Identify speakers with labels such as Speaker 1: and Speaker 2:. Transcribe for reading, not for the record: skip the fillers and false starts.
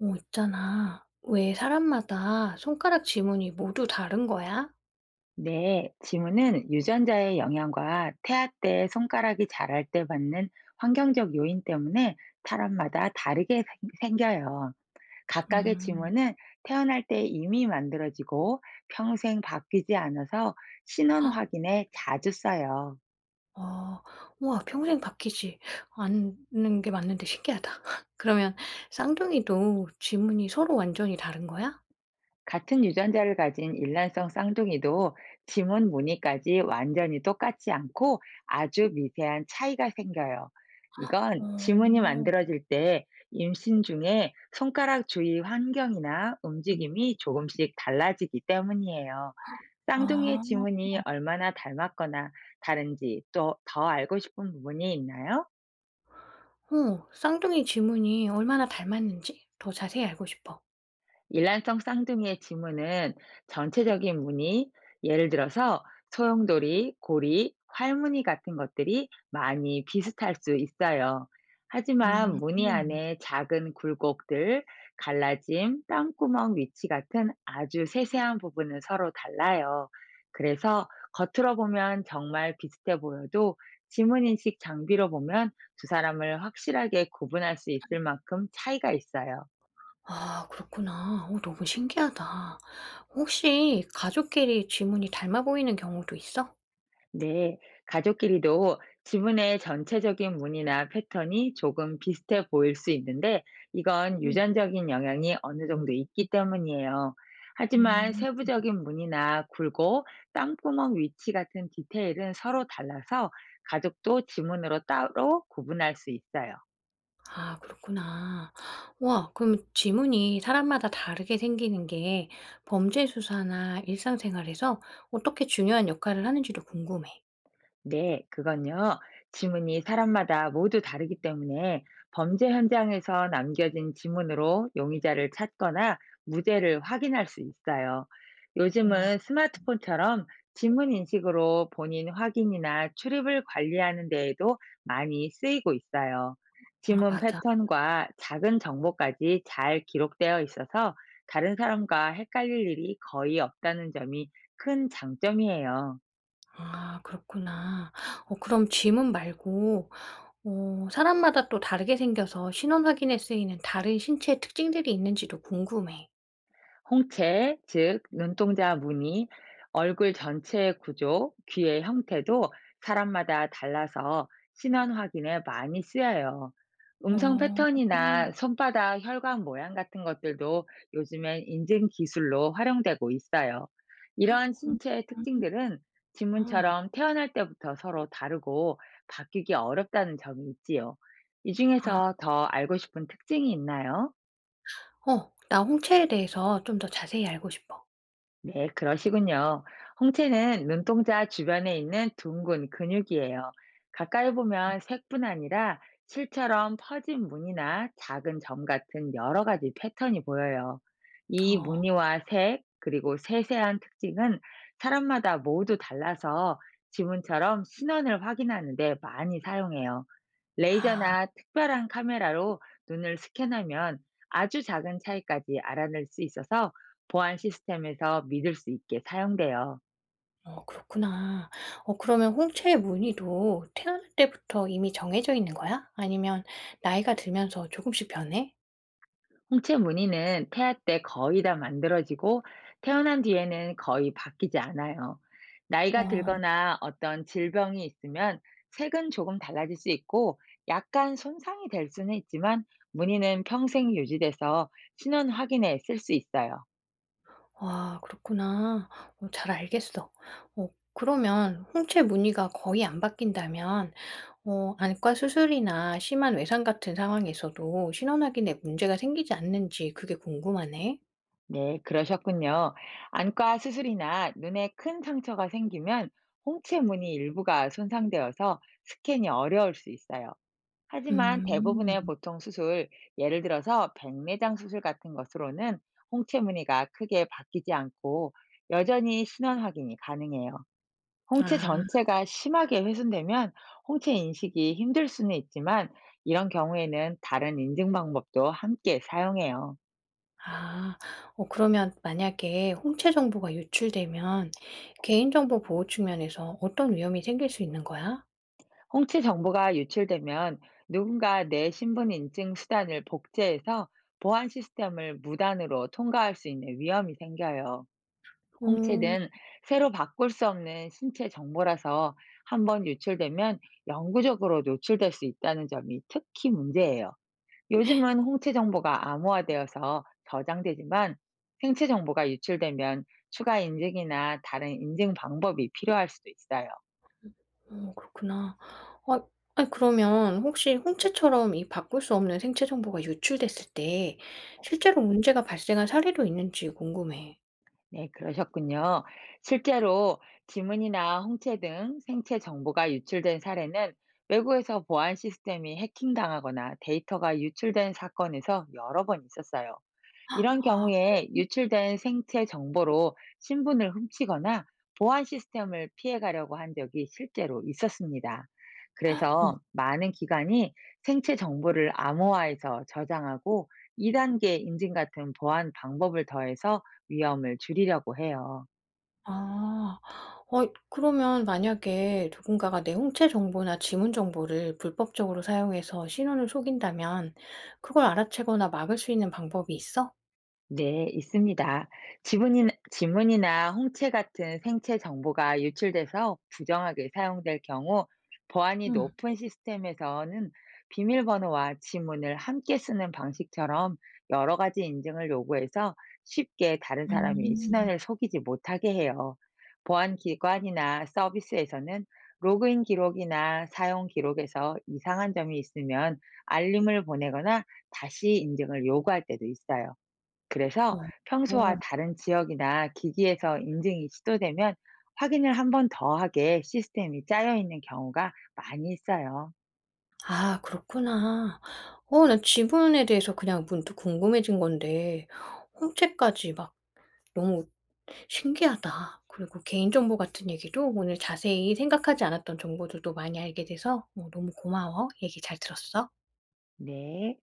Speaker 1: 있잖아. 왜 사람마다 손가락 지문이 모두 다른 거야?
Speaker 2: 네, 지문은 유전자의 영향과 태아 때 손가락이 자랄 때 받는 환경적 요인 때문에 사람마다 다르게 생겨요. 각각의
Speaker 1: 음,
Speaker 2: 지문은 태어날 때 이미 만들어지고 평생 바뀌지 않아서 신원 확인에 자주 써요.
Speaker 1: 어, 우와, 평생 바뀌지 않는 게 맞는데 신기하다. 그러면 쌍둥이도 지문이 서로 완전히 다른 거야?
Speaker 2: 같은 유전자를 가진 일란성 쌍둥이도 지문 무늬까지 완전히 똑같지 않고 아주 미세한 차이가 생겨요. 이건
Speaker 1: 어,
Speaker 2: 지문이 만들어질 때 임신 중에 손가락 주위 환경이나 움직임이 조금씩 달라지기 때문이에요. 쌍둥이의
Speaker 1: 아,
Speaker 2: 지문이 얼마나 닮았거나 다른지 또 더 알고 싶은 부분이 있나요?
Speaker 1: 쌍둥이 지문이 얼마나 닮았는지 더 자세히 알고 싶어.
Speaker 2: 일란성 쌍둥이의 지문은 전체적인 무늬, 예를 들어서 소용돌이, 고리, 활무늬 같은 것들이 많이 비슷할 수 있어요. 하지만
Speaker 1: 음,
Speaker 2: 무늬 안에 작은 굴곡들, 갈라짐, 땅구멍 위치 같은 아주 세세한 부분은 서로 달라요. 그래서 겉으로 보면 정말 비슷해 보여도 지문인식 장비로 보면 두 사람을 확실하게 구분할 수 있을 만큼 차이가 있어요.
Speaker 1: 아, 그렇구나. 너무 신기하다. 혹시 가족끼리 지문이 닮아 보이는 경우도 있어?
Speaker 2: 네, 가족끼리도 지분의 전체적인 무늬나 패턴이 조금 비슷해 보일 수 있는데, 이건
Speaker 1: 음.
Speaker 2: 유전적인 영향이 어느 정도 있기 때문이에요. 하지만
Speaker 1: 음.
Speaker 2: 세부적인 무늬나 굴곡, 땀구멍 위치 같은 디테일은 서로 달라서 가족도 지문으로 따로 구분할 수 있어요.
Speaker 1: 아 그렇구나. 와 그럼 지문이 사람마다 다르게 생기는 게 범죄 수사나 일상생활에서 어떻게 중요한 역할을 하는지도 궁금해.
Speaker 2: 네, 그건요. 지문이 사람마다 모두 다르기 때문에 범죄 현장에서 남겨진 지문으로 용의자를 찾거나 무죄를 확인할 수 있어요.
Speaker 1: 어.
Speaker 2: 요즘은 스마트폰처럼 지문 인식으로 본인 확인이나 출입을 관리하는 데에도 많이 쓰이고 있어요.
Speaker 1: 아
Speaker 2: 지문
Speaker 1: 맞아.
Speaker 2: 패턴과 작은 정보까지 잘 기록되어 있어서 다른 사람과 헷갈릴 일이 거의 없다는 점이 큰 장점이에요.
Speaker 1: 아 그렇구나. 그럼 지문 말고 사람마다 또 다르게 생겨서 신원 확인에 쓰이는 다른 신체 특징들이 있는지도 궁금해.
Speaker 2: 홍채, 즉 눈동자 무늬, 얼굴 전체의 구조, 귀의 형태도 사람마다 달라서 신원 확인에 많이 쓰여요. 음성
Speaker 1: 어.
Speaker 2: 패턴이나 손바닥 혈관 모양 같은 것들도 요즘엔 인증 기술로 활용되고 있어요. 이러한
Speaker 1: 음.
Speaker 2: 신체의 특징들은
Speaker 1: 아.
Speaker 2: 지문처럼 태어날 때부터 서로 다르고 바뀌기 어렵다는 점이 있지요. 이
Speaker 1: 아.
Speaker 2: 중에서 더 알고 싶은 특징이 있나요?
Speaker 1: 어. 나 홍채에 대해서 좀 더 자세히 알고 싶어.
Speaker 2: 네, 그러시군요. 홍채는 눈동자 주변에 있는 둥근 근육이에요. 가까이 보면 색뿐 아니라 실처럼 퍼진 무늬나 작은 점 같은 여러 가지 패턴이 보여요. 이
Speaker 1: 어.
Speaker 2: 무늬와 색, 그리고 세세한 특징은 사람마다 모두 달라서 지문처럼 신원을 확인하는데 많이 사용해요.
Speaker 1: 아.
Speaker 2: 레이저나 특별한 카메라로 눈을 스캔하면 아주 작은 차이까지 알아낼 수 있어서 보안 시스템에서 믿을 수 있게 사용돼요.
Speaker 1: 어 그렇구나. 그러면 홍채의 무늬도 태어날 때부터 이미 정해져 있는 거야? 아니면 나이가 들면서 조금씩 변해?
Speaker 2: 홍채 무늬는 태아 때 거의 다 만들어지고 태어난 뒤에는 거의 바뀌지 않아요. 나이가
Speaker 1: 어.
Speaker 2: 들거나 어떤 질병이 있으면 색은 조금 달라질 수 있고 약간 손상이 될 수는 있지만 무늬는 평생 유지돼서 신원 확인에 쓸 수 있어요.
Speaker 1: 아 그렇구나. 잘 알겠어. 어 그러면 홍채 무늬가 거의 안 바뀐다면 안과 수술이나 심한 외상 같은 상황에서도 신원 확인에 문제가 생기지 않는지 그게 궁금하네.
Speaker 2: 네, 그러셨군요. 안과 수술이나 눈에 큰 상처가 생기면 홍채 무늬 일부가 손상되어서 스캔이 어려울 수 있어요. 하지만
Speaker 1: 음.
Speaker 2: 대부분의 보통 수술, 예를 들어서 백내장 수술 같은 것으로는 홍채 무늬가 크게 바뀌지 않고 여전히 신원 확인이 가능해요. 홍채
Speaker 1: 아.
Speaker 2: 전체가 심하게 훼손되면 홍채 인식이 힘들 수는 있지만 이런 경우에는 다른 인증 방법도 함께 사용해요.
Speaker 1: 아. 그러면 만약에 홍채 정보가 유출되면 개인정보 보호 측면에서 어떤 위험이 생길 수 있는 거야?
Speaker 2: 홍채 정보가 유출되면 누군가 내 신분 인증 수단을 복제해서 보안 시스템을 무단으로 통과할 수 있는 위험이 생겨요.
Speaker 1: 음.
Speaker 2: 홍채는 새로 바꿀 수 없는 신체 정보라서 한번 유출되면 영구적으로 노출될 수 있다는 점이 특히 문제예요. 요즘은 홍채 정보가 암호화되어서 저장되지만 생체 정보가 유출되면 추가 인증이나 다른 인증 방법이 필요할 수도 있어요.
Speaker 1: 그렇구나. 아, 아니 그러면 혹시 홍채처럼 이 바꿀 수 없는 생체 정보가 유출됐을 때 실제로 문제가 발생한 사례도 있는지 궁금해.
Speaker 2: 네, 그러셨군요. 실제로 지문이나 홍채 등 생체 정보가 유출된 사례는 외국에서 보안 시스템이 해킹당하거나 데이터가 유출된 사건에서 여러 번 있었어요. 이런
Speaker 1: 아.
Speaker 2: 경우에 유출된 생체 정보로 신분을 훔치거나 보안 시스템을 피해가려고 한 적이 실제로 있었습니다.
Speaker 1: 어.
Speaker 2: 그래서 많은 기관이 생체 정보를 암호화해서 저장하고 2단계 인증 같은 보안 방법을 더해서 위험을 줄이려고 해요.
Speaker 1: 아. 그러면 만약에 누군가가 내 홍채 정보나 지문 정보를 불법적으로 사용해서 신원을 속인다면 그걸 알아채거나 막을 수 있는 방법이 있어?
Speaker 2: 네, 있습니다. 지문이나 홍채 같은 생체 정보가 유출돼서 부정하게 사용될 경우 보안이
Speaker 1: 응.
Speaker 2: 높은 시스템에서는 비밀번호와 지문을 함께 쓰는 방식처럼 여러 가지 인증을 요구해서 쉽게 다른 사람이
Speaker 1: 음.
Speaker 2: 신원을 속이지 못하게 해요. 보안기관이나 서비스에서는 로그인 기록이나 사용 기록에서 이상한 점이 있으면 알림을 보내거나 다시 인증을 요구할 때도 있어요. 그래서
Speaker 1: 어.
Speaker 2: 평소와
Speaker 1: 어.
Speaker 2: 다른 지역이나 기기에서 인증이 시도되면 확인을 한 번 더 하게 시스템이 짜여 있는 경우가 많이 있어요.
Speaker 1: 아 그렇구나. 나 지문에 대해서 그냥 문득 궁금해진 건데 홍채까지 막 너무 신기하다. 그리고 개인정보 같은 얘기도 오늘 자세히 생각하지 않았던 정보들도 많이 알게 돼서 너무 고마워. 얘기 잘 들었어.
Speaker 2: 네.